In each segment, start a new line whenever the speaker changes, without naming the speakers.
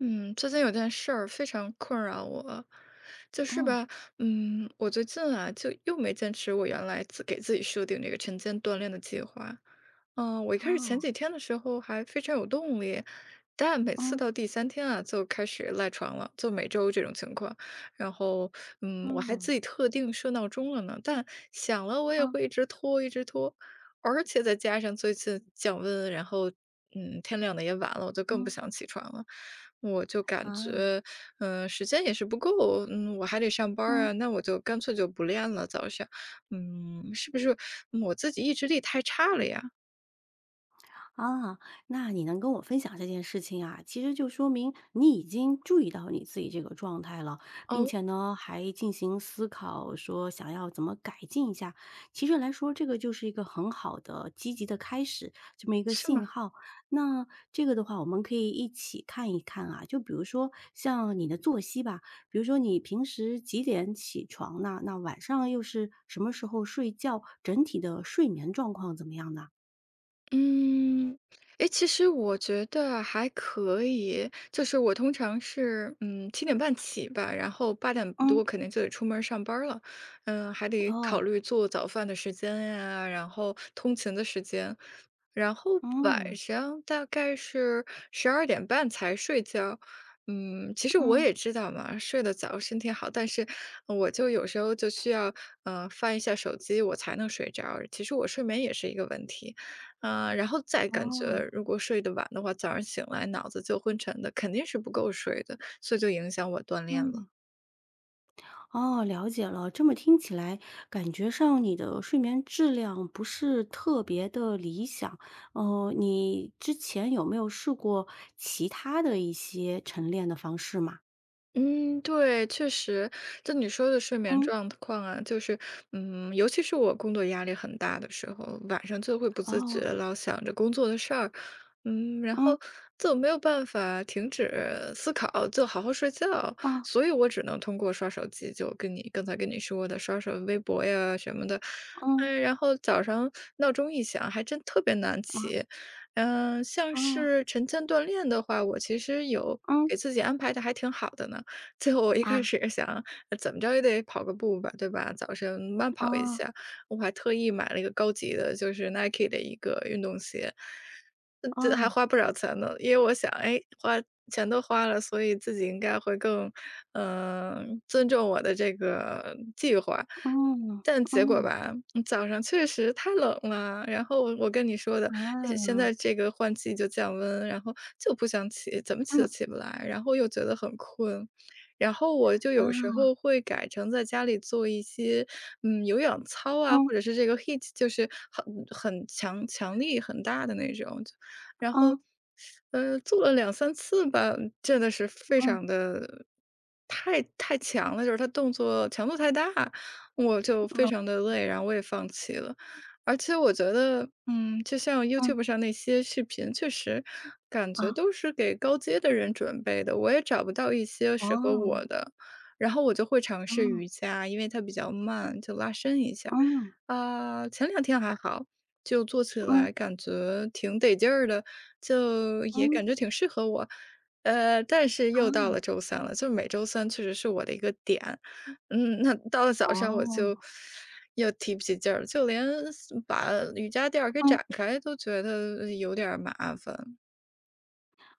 嗯，最近有件事儿非常困扰我，就是
嗯，
吧，我最近啊，就又没坚持我原来自给自己设定这个晨间锻炼的计划。我一开始前
好，
几天的时候还非常有动力，但每次
嗯
到第三天啊，就开始赖床了，就每周这种情况。然后，我还
嗯，
自己特定设闹钟了呢，但想了我也
嗯
会一直拖，一直拖，而且再加上最近降温，然后，天亮的也晚了，我就更不
嗯，
想起床了。我就感
啊，
觉，时间也是不够，我还得上班儿
嗯。
啊，那我就干脆就不练了。早上，是不是我自己意志力太差了呀？
啊，那你能跟我分享这件事情啊，其实就说明你已经注意到你自己这个状态了，并
哦，
且呢，还进行思考，说想要怎么改进一下。其实来说，这个就是一个很好的、积极的开始，这么一个
是
信
吗？
号。那这个的话，我们可以一起看一看啊，就比如说像你的作息吧，比如说你平时几点起床呢？那晚上又是什么时候睡觉？整体的睡眠状况怎么样呢？
嗯，诶，其实我觉得还可以，就是我通常是，7点半起吧，然后八点
嗯，
多肯定就得出门儿上班儿了，还得考
哦，
虑做早饭的时间呀，然后通勤的时间，然后晚
嗯，
上大概是12点半才睡觉。其实我
嗯，
也知道嘛，睡得早身体好，但是我就有时候就需要，翻一下手机，我才能睡着。其实我睡眠也是一个问题，啊，然后再感
哦，
觉如果睡得晚的话，早上醒来脑子就昏沉的，肯定是不够睡的，所以就影响我锻炼了。
嗯，哦，了解了。这么听起来，感觉上你的睡眠质量不是特别的理想。哦，你之前有没有试过其他的一些晨练的方式吗？
嗯，对，确实，就你说的睡眠
嗯，
状况啊，就是，尤其是我工作压力很大的时候，晚上就会不自觉
哦，
地老想着工作的事儿，然
嗯，
后就没有办法停止思考，就好好睡觉，
哦，
所以我只能通过刷手机，就跟你刚才跟你说的，刷刷微博呀什么的，
嗯，
然后早上闹钟一响，还真特别难
啊，
起，像
哦，
是晨间锻炼的话，我其实有给
嗯，
自己安排的还挺好的呢。最后我一开
啊，
始想，怎么着也得跑个步吧，对吧？早晨慢跑一
哦，
下，我还特意买了一个高级的，就是 Nike 的一个运动鞋，这还
哦，
花不少钱呢。因为我想，哎，花钱都花了，所以自己应该会更，尊重我的这个计划。
嗯，
但结果
嗯，
吧，早上确实太冷了。然后我跟你说的，
啊，
现在这个换季就降温，然后就不想起，怎么起都
嗯，
起不来，然后又觉得很困。然后我就
啊，
有时候会改成在家里做一些，有氧操啊，或者是这个 HIIT，就是很强力很大的那种。就然后
嗯，
呃，做了2、3次吧，真的是非
嗯，嗯，
常的太强了，就是他动作强度太大，我就非
哦
常的累，然后我也放弃了。而且我觉得，就像
嗯，
YouTube 上那些视频，确实感觉
啊，
都是给高阶的人准备的，我也找不到一些适合
哦，
我的。然后我就会尝试
嗯，
瑜伽，因为它比较慢，就拉伸一下。
嗯。
啊，前两天还好，就做起
嗯
来感觉挺得劲儿的，就也
嗯，
感觉挺适合我。但是又
啊，
到了周三了，就每周三确实是我的一个点。那到了早上我
哦，
就又提不起劲儿，就连把瑜伽垫儿给
嗯，
展开都觉得有点儿麻烦。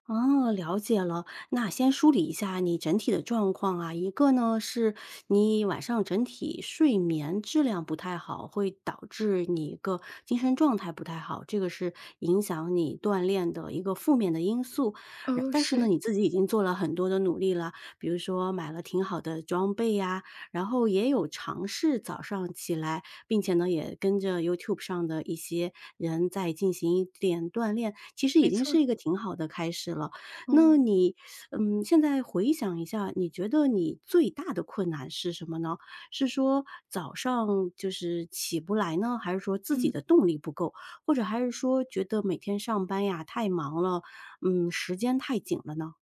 哦，了解了。那先梳理一下你整体的状况啊，一个呢是你晚上整体睡眠质量不太好，会导致你一个精神状态不太好，这个是影响你锻炼的一个负面的因素。然
哦，
但是呢，
是，
你自己已经做了很多的努力了，比如说买了挺好的装备呀，然后也有尝试早上起来，并且呢，也跟着 YouTube 上的一些人在进行一点锻炼，其实已
没
经
错儿
是一个挺好的开始了。
哦，
那你，嗯，现在回想一下，你觉得你最大的困难是什么呢？是说早上就是起不来呢，还是说自己
嗯。
的动力不够，或者还是说觉得每天上班呀太忙了，嗯，时间太紧了呢？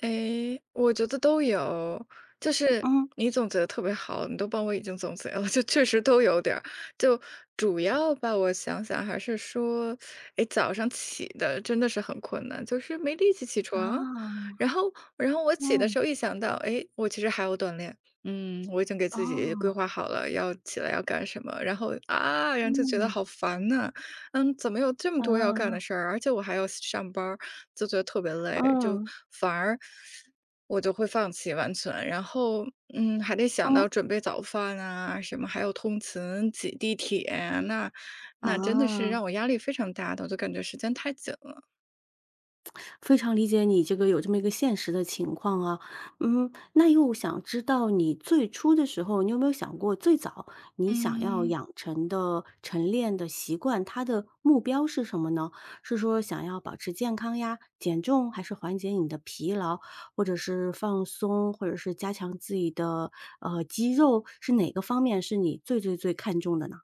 诶，我觉得都有，就是
嗯。
你总结的特别好，你都帮我已经总结了，就确实都有点儿。就主要吧，我想想还是说，诶，早上起的真的是很困难，就是没力气起床。
啊，
然后，然后我起的
嗯，
时候一想到，诶，我其实还要锻炼，我已经给
哦，
自己规
哦
划好了要起来要干什么，然后就觉得
嗯，
好烦呐，怎么有这么多要干的
嗯。
事儿，而且我还要上班儿。就觉得特别累，就
嗯，
反而我就会放弃完全。然后，还得想
嗯，
到准备早饭啊，什么还有通勤、挤地铁啊，那真的是
啊，
让我压力非常大的，我就感觉时间太紧了。
非常理解你这个有这么一个现实的情况啊。嗯，那又想知道你最初的时候，你有没有想过最早你想要
嗯。
养成的晨练的习惯，它的目标是什么呢？是说想要保持健康呀、减重，还是缓解你的疲劳，或者是放松，或者是加强自己的肌肉，是哪个方面是你最最最看重的呢？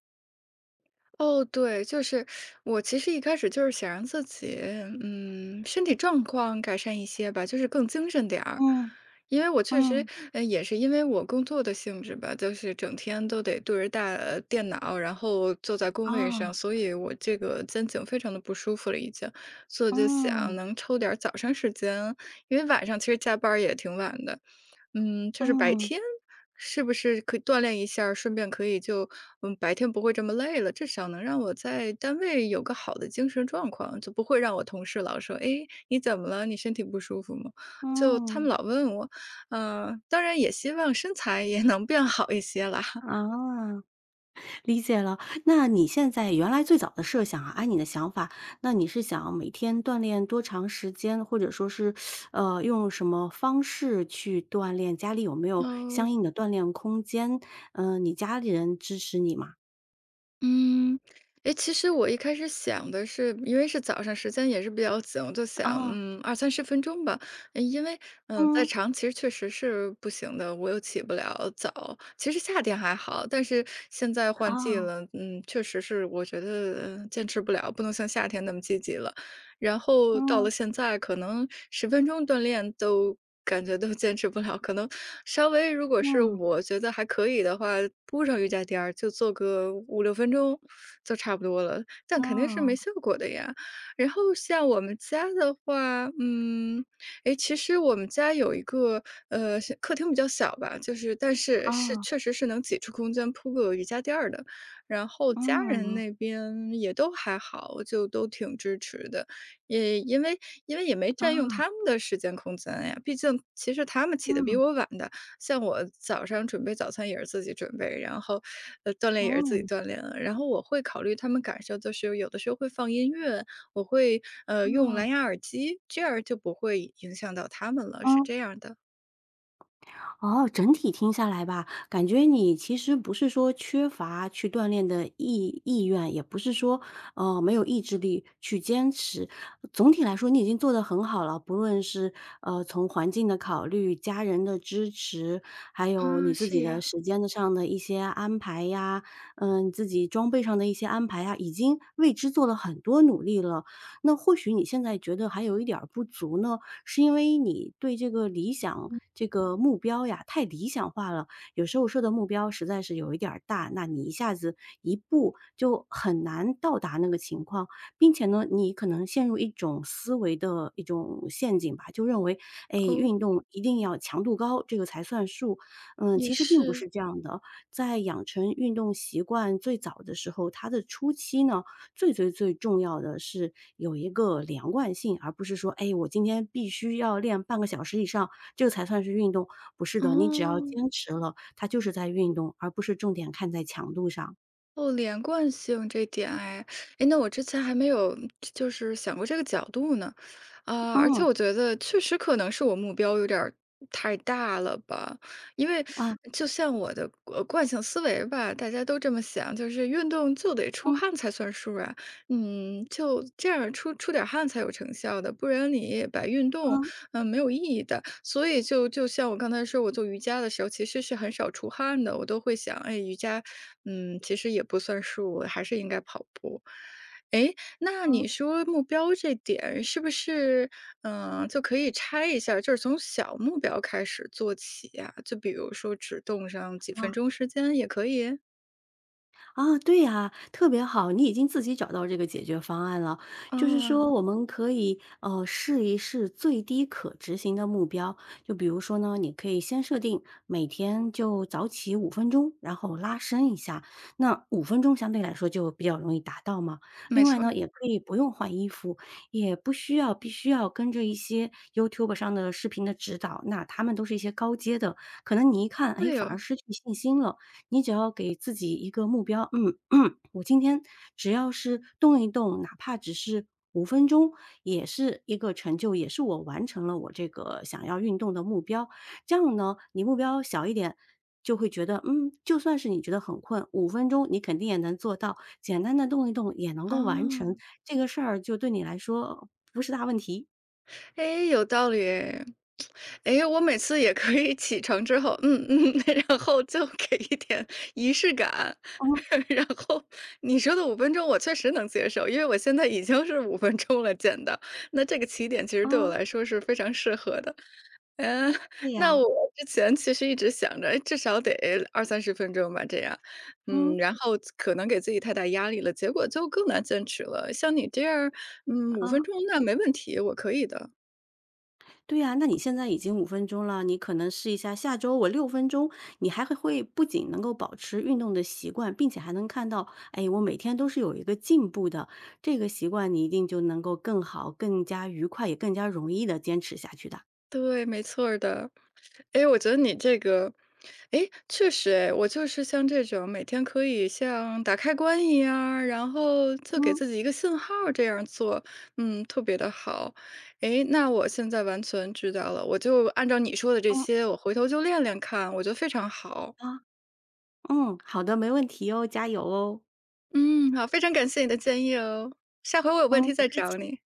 哦，对，就是我其实一开始就是想让自己，身体状况改善一些吧，就是更精神点儿。
嗯，
因为我确实，
嗯，
也是因为我工作的性质吧，就是整天都得对着大电脑，然后坐在工位上，
啊，
所以我这个肩颈非常的不舒服了已经。所以我就想
嗯，
能抽点儿早上时间，因为晚上其实加班儿也挺晚的，就是白
嗯。
天是不是可以锻炼一下儿顺便可以就白天不会这么累了，至少能让我在单位有个好的精神状况，就不会让我同事老说："诶，你怎么了？你身体不舒服吗？"就他们
嗯，
老问我，当然也希望身材也能变好一些啦。
啊，理解了。那你现在原来最早的设想啊，按你的想法，那你是想每天锻炼多长时间，或者说是，用什么方式去锻炼？家里有没有相
哦。
应的锻炼空间？嗯、你家里人支持你吗？
嗯，诶，其实我一开始想的是，因为是早上时间也是比较紧，我就想，
哦，
二三十分钟吧。诶因为，再
嗯，
长其实确实是不行的，我又起不了早。其实夏天还好，但是现在换季
哦，
了，确实是我觉得坚持不了，不能像夏天那么积极了。然后到
嗯，
了现在，可能十分钟锻炼都感觉都坚持不了，可能稍微如果是
嗯，
我觉得还可以的话，铺上瑜伽垫儿就做个5、6分钟就差不多了，但肯定是
哦，
没效果的呀。然后像我们家的话，诶，其实我们家有一个，客厅比较小吧，就是但是是
哦，
确实是能挤出空间铺个瑜伽垫儿的，然后家人
嗯，
那边也都还好，就都挺支持的。也因为也没占用
啊，
他们的时间空间呀，毕竟其实他们起的比
嗯，
我晚的。像我早上准备早餐也是自己准备，然后，锻炼也是自己
嗯，嗯，
锻炼啊。然后我会考虑他们感受，就是有的时候会放音乐，我会，用蓝牙耳机，这样就不会影响到他们了，是
嗯。
这样的。
哦，整体听下来吧，感觉你其实不是说缺乏去锻炼的意愿，也不是说，没有意志力去坚持。总体来说，你已经做得很好了，不论是从环境的考虑、家人的支持，还有你
啊，
自
是
己的
呀，
时间的上的一些安排呀，嗯、自己装备上的一些安排呀，已经为之做了很多努力了。那或许你现在觉得还有一点儿不足呢，是因为你对这个理想、这个目标呀太理想化了。有时候设的目标实在是有一点儿大，那你一下子一步就很难到达那个情况，并且呢，你可能陷入一种思维的一种陷阱吧，就认为，哎，
哦，
运动一定要强度高，这个才算数。嗯，
也
其实并不
是，
是这样的，在养成运动习惯最早的时候，它的初期呢，最最最重要的是有一个连贯性，而不是说，哎，我今天必须要练半个小时以上，这个才算是运动。不是的，你只要
哦。
坚持了，它就是在运动，而不是重点看在强度上。
哦，连贯性这点哎，哎，那我之前还没有就是想过这个角度呢，啊、而且
嗯，
我觉得确实可能是我目标有点儿太大了吧，因为
啊，
就像我的惯性思维吧，大家都这么想，就是运动就得出
嗯
汗才算数啊，就这样出点儿汗才有成效的，不然你把运动
嗯
没有意义的。所以就像我刚才说，我做瑜伽的时候其实是很少出汗的，我都会想，哎，瑜伽，其实也不算数，还是应该跑步。哎，那
嗯
你
嗯。
说目标这点是不是，就可以拆一下，就是从小目标开始做起呀？就比如说只动上几分钟时间也可以？
啊，对呀，特别好，你已经自己找到这个解决方案了。就是说
啊，
我们可以，试一试最低可执行的目标。就比如说呢，你可以先设定每天就早起五分钟，然后拉伸一下，那五分钟相对来说就比较容易达到嘛。
没
另外
错，
呢，也可以不用换衣服，也不需要必须要跟着一些 YouTube 上的视频的指导，那他们都是一些高阶的，可能你一看，哎，
对
反而
哦，
失去信心了。你只要给自己一个目标，嗯，我今天只要是动一动，哪怕只是五分钟，也是一个成就，也是我完成了我这个想要运动的目标。这样呢，你目标小一点，就会觉得，嗯，就算是你觉得很困，五分钟你肯定也能做到，简单的动一动也能够完成
啊。
这个事儿，就对你来说不是大问题。
诶，有道理诶。诶我每次也可以起床之后，然后就给一点仪式感。
嗯
然后你说的5分钟我确实能接受，因为我现在已经是五分钟了见到，那这个起点其实对我
啊，
来说是非常适合的。嗯，
对
那
呀，
我之前其实一直想着，诶至少得二三十分钟吧这样。
嗯
然后可能给自己太大压力了，结果就更难坚持了。像你这样五分
啊。
钟那没问题，我可以的。
对呀，那你现在已经五分钟了，你可能试一下下周我6分钟，你还会不仅能够保持运动的习惯，并且还能看到，哎，我每天都是有一个进步的，这个习惯你一定就能够更好、更加愉快，也更加容易的坚持下去的。
对，没错儿的。哎，我觉得你这个哎，确实哎，我就是像这种每天可以像打开关一样然后就给
嗯，
自己一个信号儿这样做，特别的好。哎，那我现在完全知道了，我就按照你说的这
嗯，
些，我回头就练练看，我觉得非常好。
啊，嗯，好的，没问题哦，加油哦。
嗯，好，非常感谢你的建议哦，下回我有问
嗯，
题
不
再
客
找
气。
你。
嗯